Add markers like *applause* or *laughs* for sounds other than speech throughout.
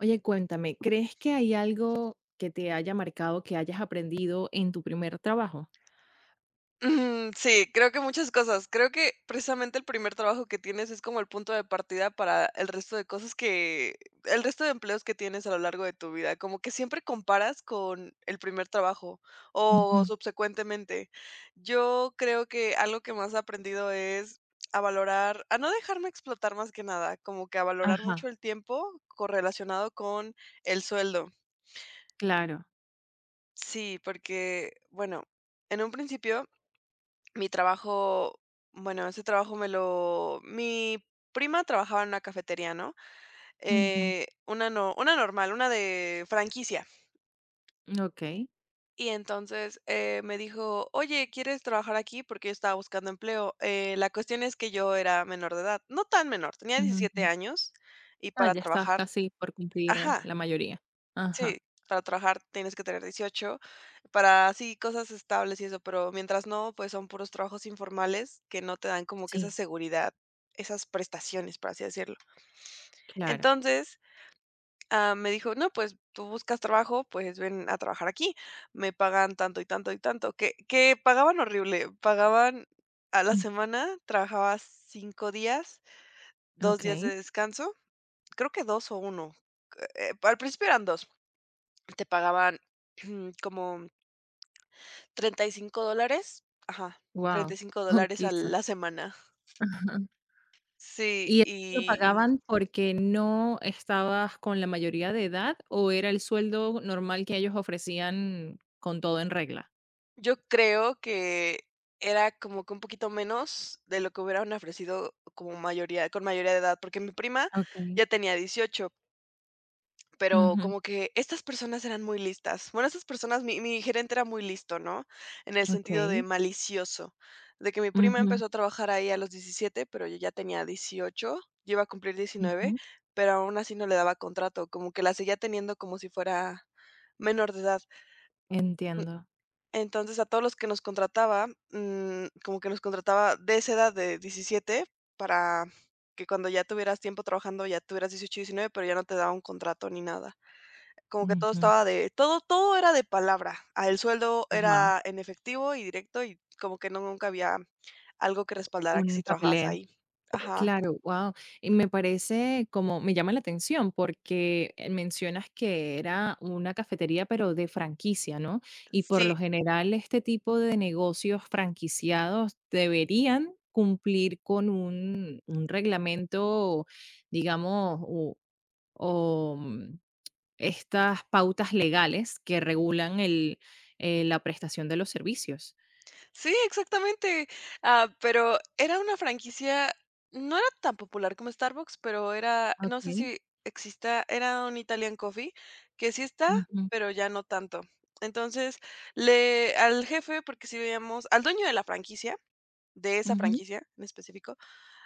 Oye, cuéntame, ¿crees que hay algo que te haya marcado, que hayas aprendido en tu primer trabajo? Ujú, sí, creo que muchas cosas. Creo que precisamente el primer trabajo que tienes es como el punto de partida para el resto de cosas que el resto de empleos que tienes a lo largo de tu vida, como que siempre comparas con el primer trabajo o Ujú. subsecuentemente. Yo creo que algo que más he aprendido es a valorar, a no dejarme explotar más que nada, como que a valorar Ajá, mucho el tiempo correlacionado con el sueldo. claro. Sí, porque, bueno, en un principio mi trabajo, bueno, ese trabajo me lo mi prima trabajaba en una cafetería, ¿no? Ujú. Una no una normal, una de franquicia. Ok. Y entonces, me dijo: "Oye, ¿quieres trabajar aquí?", porque yo estaba buscando empleo. La cuestión es que yo era menor de edad, no tan menor, tenía 17 Ujú. años, y Ah, para ya estabas trabajar, casi por cumplir ajá. la mayoría. Sí, Ajá. para trabajar tienes que tener 18, para sí, cosas estables y eso, pero mientras no, pues son puros trabajos informales que no te dan como que esa Sí, seguridad, esas prestaciones, por así decirlo. claro. Entonces, me dijo, no, pues tú buscas trabajo, pues ven a trabajar aquí, me pagan tanto y tanto y tanto, que pagaban horrible, pagaban a la Mm. semana, trabajabas 5 días, 2 días Ok. de descanso, creo que dos o uno, al principio eran dos, te pagaban *clears throat* como $35, ajá, treinta Wow. y cinco dólares a Conquiso. la semana. *laughs* Ajá. Sí, ¿Y eso lo y pagaban porque no estabas con la mayoría de edad o era el sueldo normal que ellos ofrecían con todo en regla? yo creo que era como que un poquito menos de lo que hubieran ofrecido como mayoría con mayoría de edad, porque mi prima Ok. ya tenía 18. Pero Ujú, como que estas personas eran muy listas. Bueno, estas personas, mi gerente era muy listo, ¿no? En el sentido de ok. malicioso, de que mi prima Ujú. empezó a trabajar ahí a los 17, pero yo ya tenía 18, yo iba a cumplir 19, Ujú, pero aún así no le daba contrato, como que la seguía teniendo como si fuera menor de edad. entiendo. Entonces, a todos los que nos contrataba, como que nos contrataba de esa edad de 17 para que cuando ya tuvieras tiempo trabajando ya tuvieras 18, 19, pero ya no te daba un contrato ni nada. Como que todo Ujú. estaba de todo, todo era de palabra. Ah, el sueldo Ajá. era en efectivo y directo, y como que no nunca había algo que respaldara que Un si trabajabas papeleo. ahí. Ajá, Claro, wow. Y me parece como me llama la atención porque, mencionas que era una cafetería, pero de franquicia, ¿no? Y por sí, lo general, este tipo de negocios franquiciados deberían cumplir con un reglamento, digamos, u o, estas pautas legales que regulan el, la prestación de los servicios. sí, exactamente. Ah, pero era una franquicia, no era tan popular como Starbucks, pero era, no sé Okey. si exista, era un Italian Coffee, que sí está, Ujú, pero ya no tanto. Entonces, le al jefe, porque sí veíamos al dueño de la franquicia, de esa ujú. franquicia en específico.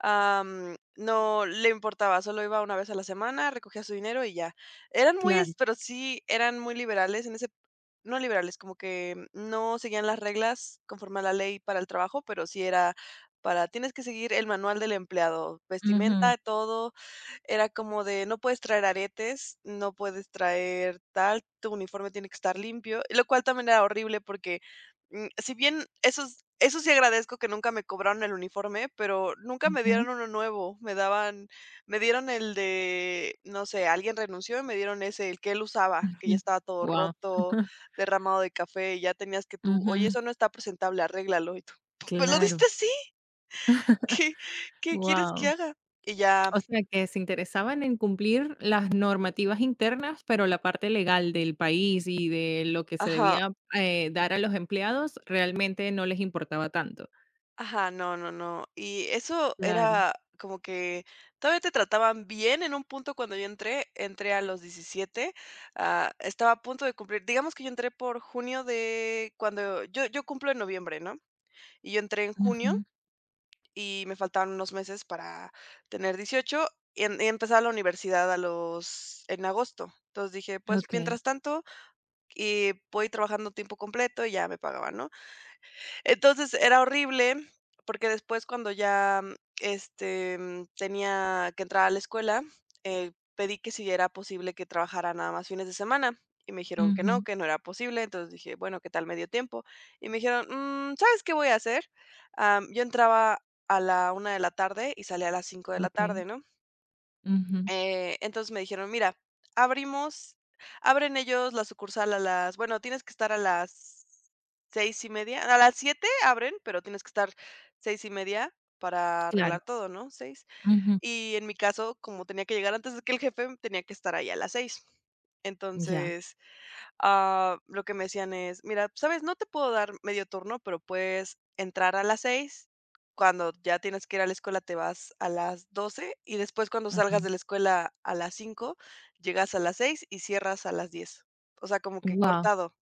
No le importaba, solo iba una vez a la semana, recogía su dinero y ya. Eran muy, Claro. es Pero sí eran muy liberales en ese, no liberales, como que no seguían las reglas conforme a la ley para el trabajo, pero sí era para tienes que seguir el manual del empleado, Ujú, vestimenta, todo, era como de: "No puedes traer aretes, no puedes traer tal, tu uniforme tiene que estar limpio", y lo cual también era horrible porque, si bien eso sí agradezco que nunca me cobraron el uniforme, pero nunca me ujú, dieron uno nuevo, me dieron el de, no sé, alguien renunció y me dieron ese, el que él usaba, que ya ujú. estaba todo Guau. roto, *laughs* derramado de café, y ya tenías que tú: "Oye, Ujú, eso no está presentable, arréglalo", y tú: "¿Me lo claro. diste así? ¿Qué qué quieres que Wow. haga?". Y ya, O sea, que se interesaban en cumplir las normativas internas, pero la parte legal del país y de lo que se ajá. debía, dar a los empleados realmente no les importaba tanto. Ajá, no, no, no. Y eso Claro. era como que todavía te trataban bien en un punto. Cuando yo entré, entré a los 17, estaba a punto de cumplir, digamos que yo entré por junio, de cuando yo cumplo en noviembre, ¿no? Y yo entré en junio Ujú, y me faltaban unos meses para tener 18 y, y empezar la universidad a los, en agosto. Entonces dije, pues okey. mientras tanto, y voy trabajando tiempo completo y ya me pagaban, ¿no? Entonces, era horrible, porque después cuando ya, tenía que entrar a la escuela, pedí que si era posible que trabajara nada más fines de semana, y me dijeron Ujú, que no era posible. Entonces dije: "Bueno, ¿qué tal medio tiempo?". Y me dijeron: "Mm, ¿sabes qué voy a hacer?". Yo entraba a la una de la tarde y salía a las 5 de la okey. tarde, ¿no? Ujú. Entonces me dijeron: "Mira, abrimos abren ellos la sucursal a las, bueno, tienes que estar a las seis y media, a las 7 abren, pero tienes que estar seis y media para Claro. arreglar todo", ¿no? 6. Ujú. Y en mi caso, como tenía que llegar antes de que el jefe, tenía que estar ahí a las seis. Ya. Entonces lo que me decían es: "Mira, ¿sabes? No te puedo dar medio turno, pero puedes entrar a las 6. Cuando ya tienes que ir a la escuela te vas a las 12 y después cuando salgas Wow. de la escuela a las 5 llegas a las 6 y cierras a las diez". O sea, como que cortado.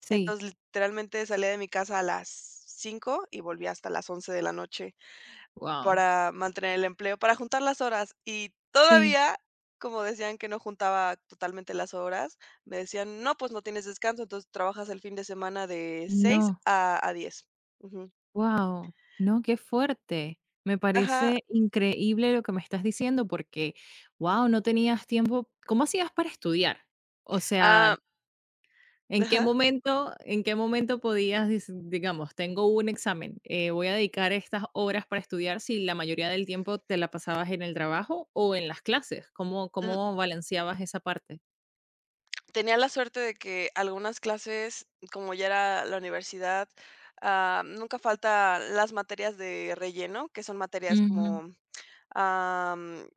Sí. Entonces, literalmente salí de mi casa a las 5 y volví hasta las 11 de la noche. Wow. Para mantener el empleo, para juntar las horas. Y Sí. todavía, como decían que no juntaba totalmente las horas, me decían: "No, pues no tienes descanso, entonces trabajas el fin de semana de 6 No. a diez". Ujú. Wow, no, qué fuerte. Me Ajá, parece increíble lo que me estás diciendo porque, wow, no tenías tiempo. ¿Cómo hacías para estudiar? O sea, ah, ajá. En qué momento podías, digamos, tengo un examen, voy a dedicar estas horas para estudiar si la mayoría del tiempo te la pasabas en el trabajo o en las clases? ¿Cómo, L cómo balanceabas esa parte? Tenía la suerte de que algunas clases, como ya era la universidad, nunca falta las materias de relleno, que son materias Ujú. como am,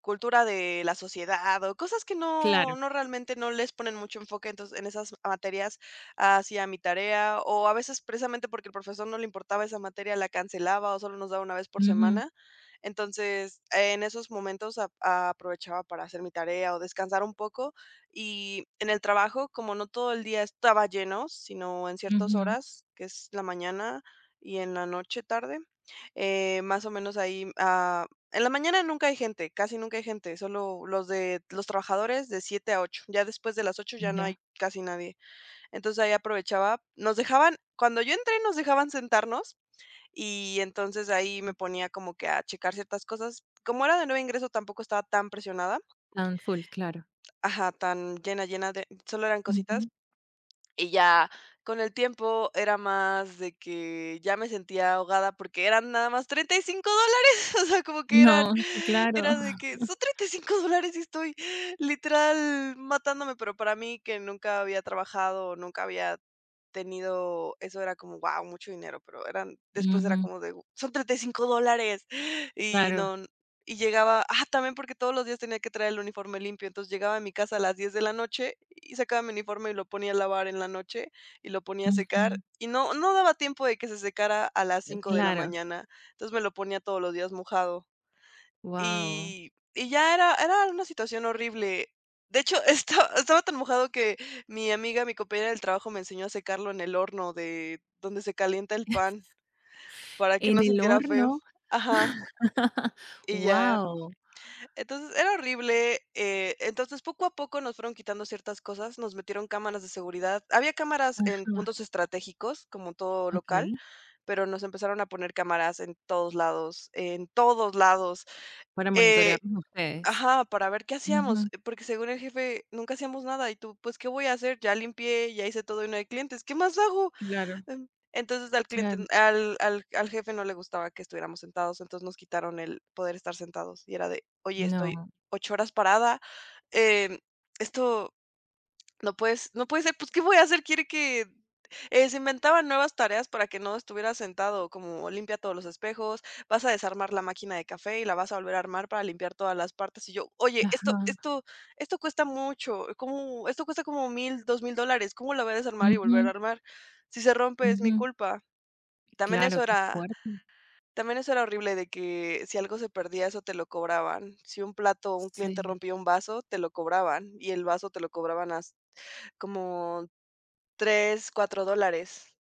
cultura de la sociedad o cosas que Claro. Realmente no les ponen mucho enfoque, entonces, en esas materias hacía mi tarea, o a veces precisamente porque el profesor no le importaba esa materia, la cancelaba o solo nos daba una vez por Ujú, semana. Entonces, en esos momentos aprovechaba para hacer mi tarea o descansar un poco. Y en el trabajo, como no todo el día estaba lleno, sino en ciertas ujú. horas, que es la mañana y en la noche tarde, más o menos ahí, en la mañana nunca hay gente, casi nunca hay gente, solo los de los trabajadores de 7 a 8. Ya después de las 8 ya no Ya, hay casi nadie. Entonces, ahí aprovechaba, nos dejaban cuando yo entré, nos dejaban sentarnos, y entonces ahí me ponía como que a checar ciertas cosas. Como era de nuevo ingreso, tampoco estaba tan presionada. tan full, claro. Ajá, tan llena, llena, de solo eran cositas. Ujú. Y ya con el tiempo era más de que ya me sentía ahogada porque eran nada más $35, *laughs* o sea, como que eran, No, sí, claro. era de que son $35 y estoy literal matándome, pero para mí que nunca había trabajado, nunca había tenido, eso era como, guau, mucho dinero, pero eran, después era Ujú. como de son $35 y Claro, no, y llegaba, también porque todos los días tenía que traer el uniforme limpio, entonces llegaba a mi casa a las 10 de la noche y sacaba mi uniforme y lo ponía a lavar en la noche y lo ponía a secar ujú, y no daba tiempo de que se secara a las cinco de la claro, mañana. Entonces me lo ponía todos los días mojado wow. y ya era una situación horrible. De hecho, *laughs* estaba tan mojado que mi amiga, mi compañera del trabajo me enseñó a secarlo en el horno de donde se calienta el pan para que En no el sintiera feo. horno, Ajá, y ya, wow. entonces, era horrible, entonces, poco a poco nos fueron quitando ciertas cosas, nos metieron cámaras de seguridad. Había cámaras en Ajá, puntos estratégicos, como todo local, okey. pero nos empezaron a poner cámaras en todos lados, en todos lados. Para Eh, monitorearlos a ustedes. ajá, para ver qué hacíamos, Ujú, porque según el jefe nunca hacíamos nada y tú, pues, ¿qué voy a hacer? Ya limpié, ya hice todo y no hay clientes, ¿qué más hago? claro, Entonces al cliente claro. al al al jefe no le gustaba que estuviéramos sentados, entonces nos quitaron el poder estar sentados, y era de: "Oye, No, estoy 8 horas parada, em, esto, no puede ser, pues, ¿qué voy a hacer? Quiere que", se inventaban nuevas tareas para que no estuvieras sentado, como limpia todos los espejos, vas a desarmar la máquina de café y la vas a volver a armar para limpiar todas las partes. Y yo, oye, esto, ajá, esto esto cuesta mucho, como, esto cuesta como mil, dos mil dólares, ¿cómo la voy a desarmar y volver a ujú, armar? Si se rompe es mi ujú. culpa. También Claro, eso qué era, fuerte. también eso era horrible de que si algo se perdía, eso te lo cobraban. Si un plato, un cliente Sí. rompía un vaso, te lo cobraban, y el vaso te lo cobraban has, como tres, cuatro dólares.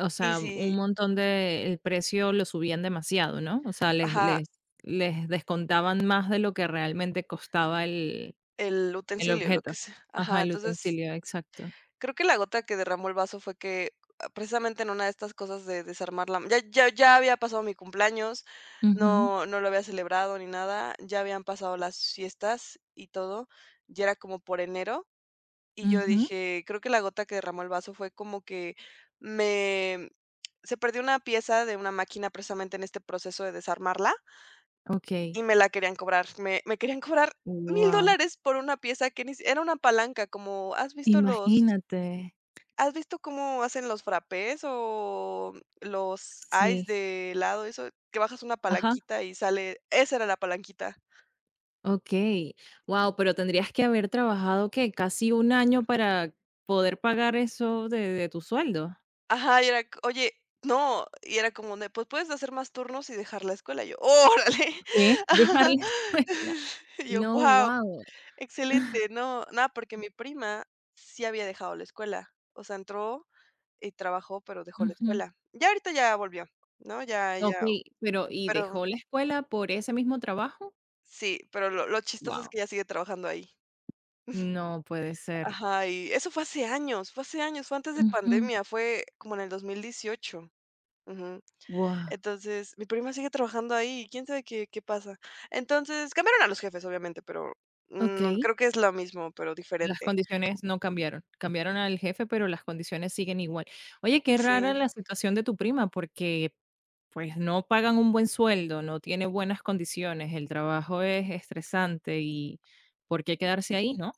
O Y sea, un si montón de el precio lo subían demasiado, ¿no? O sea, les ajá, les les descontaban más de lo que realmente costaba el el utensilio, lo objeto. que sea. Ajá, Ajá, el entonces, utensilio, exacto. creo que la gota que derramó el vaso fue que, precisamente en una de estas cosas de desarmar la ya había pasado mi cumpleaños, Ujú, no lo había celebrado ni nada, ya habían pasado las fiestas y todo, ya era como por enero, y yo ujú, dije, creo que la gota que derramó el vaso fue como que me se perdió una pieza de una máquina precisamente en este proceso de desarmarla. okey. Y me la querían cobrar, me querían cobrar mil Wow. dólares por una pieza que ni si era una palanca, como, Imagínate. has visto cómo hacen los frappés o los ice Sí. de helado, eso? Que bajas una Ajá, palanquita y sale esa era la palanquita. okey. Wow. Pero tendrías que haber trabajado, ¿qué? Casi un año para poder pagar eso de tu sueldo. Ajá, y era c oye, no, y era como de, pues, puedes hacer más turnos y dejar la escuela, y yo, órale. ¿Qué? *laughs* *laughs* Dejar Ajá. la escuela. *laughs* Y yo, No, wow, wow. excelente, no, nada porque mi prima sí había dejado la escuela, o sea, entró y trabajó, pero dejó la Ujú. escuela. Ya ahorita ya volvió, ¿no? Ya Okey, pero, ¿y pero dejó la escuela por ese mismo trabajo? sí, pero lo chistoso es Wow. que ya sigue trabajando ahí. No puede ser. Ajá, y eso fue hace años, fue hace años, fue antes de Wow. pandemia, fue como en el 2018. Ujú. Guau. Entonces, mi prima sigue trabajando ahí, y quién sabe qué pasa. Entonces, cambiaron a los jefes, obviamente, pero, Ok. mm, no, creo que es lo mismo, pero Las diferente. condiciones no cambiaron. Cambiaron al jefe, pero las condiciones siguen igual. Oye, qué rara la Sí. situación de tu prima, porque pues no pagan un buen sueldo, no tiene buenas condiciones, el trabajo es estresante y ¿por qué quedarse ahí, no?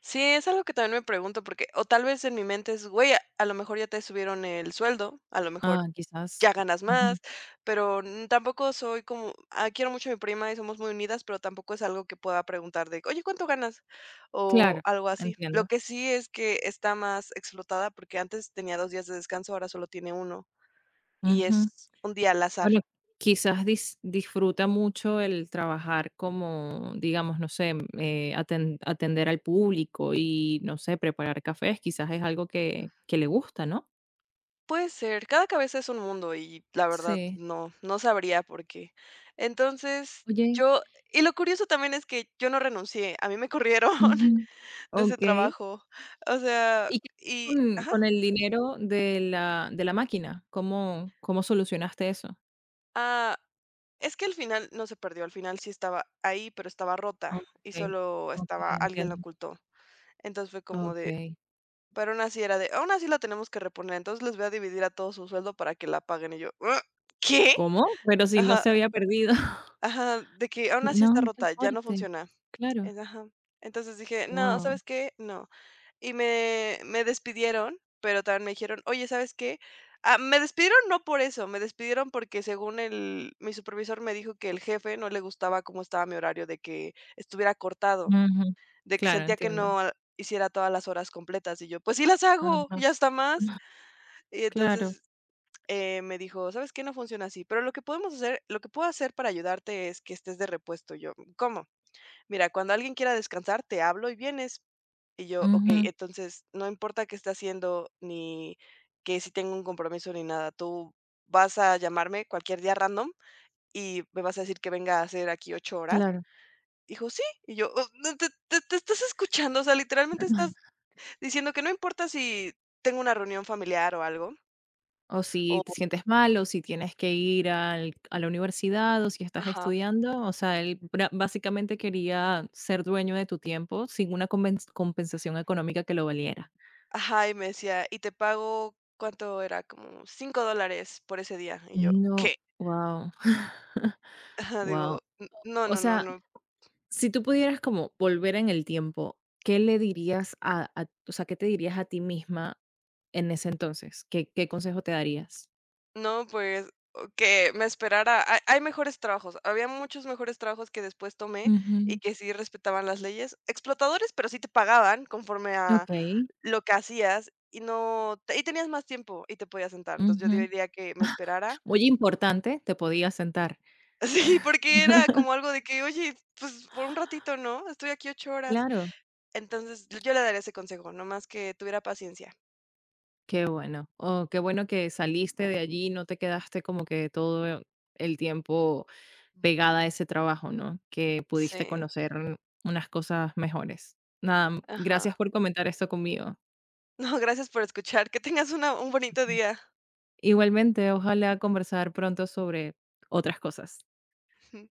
Sí, es algo que también me pregunto, porque o tal vez en mi mente es: "Güey, a lo mejor ya te subieron el sueldo, a lo mejor Ah, quizás. ya ganas Ujú. más, pero, mm, tampoco soy como ah, quiero mucho a mi prima y somos muy unidas, pero tampoco es algo que pueda preguntar de: "Oye, ¿cuánto ganas?", o Claro, algo así. entiendo. Lo que sí es que está más explotada, porque antes tenía 2 días de descanso, ahora solo tiene uno y Ujú. es un día al azar. Bueno, quizás disfruta mucho el trabajar como, digamos, no sé, atender al público y, no sé, preparar cafés, quizás es algo que le gusta, ¿no? Puede ser, cada cabeza es un mundo y la verdad Sí. no, no sabría por qué. Entonces, Oye, yo y lo curioso también es que yo no renuncié, a mí me corrieron ujú, *laughs* de ese okey. trabajo, o sea, ¿Y qué y ajá, con el dinero de la máquina? ¿Cómo cómo solucionaste eso? ah, es que al final no se perdió, al final sí estaba ahí, pero estaba rota y Okey, solo okey, estaba alguien la entiendo. ocultó. Entonces fue como de Okey. pero aún así era de: "Aún así la tenemos que reponer, entonces les voy a dividir a todos su sueldo para que la paguen", y yo, ah, ¿qué? ¿Cómo? Pero si no Ajá, se había perdido. *laughs* ajá, de que aún así está No, qué rota, ya no fuerte. funciona. Claro. Es ajá. Entonces dije: "No, Wow. ¿sabes qué? No". Y me despidieron, pero también me dijeron: "Oye, ¿sabes qué?". Ah, me despidieron no por eso, me despidieron porque según el mi supervisor me dijo que el jefe no le gustaba cómo estaba mi horario, de que estuviera cortado, de que Claro, sentía que entiendo. no a- hiciera todas las horas completas. Y yo: "Pues sí las hago, Ajá. ya está más". Y Claro. entonces, me dijo: "¿Sabes qué? No funciona así, pero lo que puedo hacer para ayudarte es que estés de repuesto". Y yo: "¿Cómo?". Mira, cuando alguien quiera descansar, te hablo y vienes. Y yo, okey, Ujú. entonces no importa qué esté haciendo, ni que si tengo un compromiso ni nada, tú vas a llamarme cualquier día random y me vas a decir que venga a hacer aquí 8 horas. Claro. Dijo: "Sí". Y yo, oh, no te estás escuchando, o sea, literalmente estás diciendo que no importa si tengo una reunión familiar o algo, O si te o sientes mal, o si tienes que ir al a la universidad, o si estás ajá, estudiando. O sea, él bra básicamente quería ser dueño de tu tiempo sin una convenz compensación económica que lo valiera. ajá, y me decía: "Y te pago", ¿cuánto era? Como $5 por ese día. Y yo, No, ¿qué? *laughs* guau, Ajá, digo, guau. *laughs* n no, O no, no, sea, no, si tú pudieras como volver en el tiempo, ¿qué le dirías a o sea, qué te dirías a ti misma en ese entonces? ¿Qué qué consejo te darías? no, pues, o que me esperara. Hay mejores trabajos. Había muchos mejores trabajos que después tomé y Ujú. que sí respetaban las leyes. Explotadores, pero sí te pagaban conforme a Okey. lo que hacías y no te- y tenías más tiempo y te podías sentar. Entonces, yo Ujú. diría que me esperara. Muy importante, te podías sentar. *laughs* Sí, porque era como algo de que: "Oye, pues, por un ratito, ¿no? Estoy aquí 8 horas". Claro. Entonces, yo le daría ese consejo, nomás que tuviera paciencia. Qué bueno. Oh, qué bueno que saliste de allí, y no te quedaste como que todo el tiempo Mm. pegada a ese trabajo, ¿no? Que pudiste Sí, conocer unas cosas mejores. Nada, gracias ajá. por *laughs* comentar esto conmigo. No, gracias por escuchar. Que tengas una un bonito Ujú. día. Igualmente, ojalá conversar pronto sobre otras cosas. *laughs*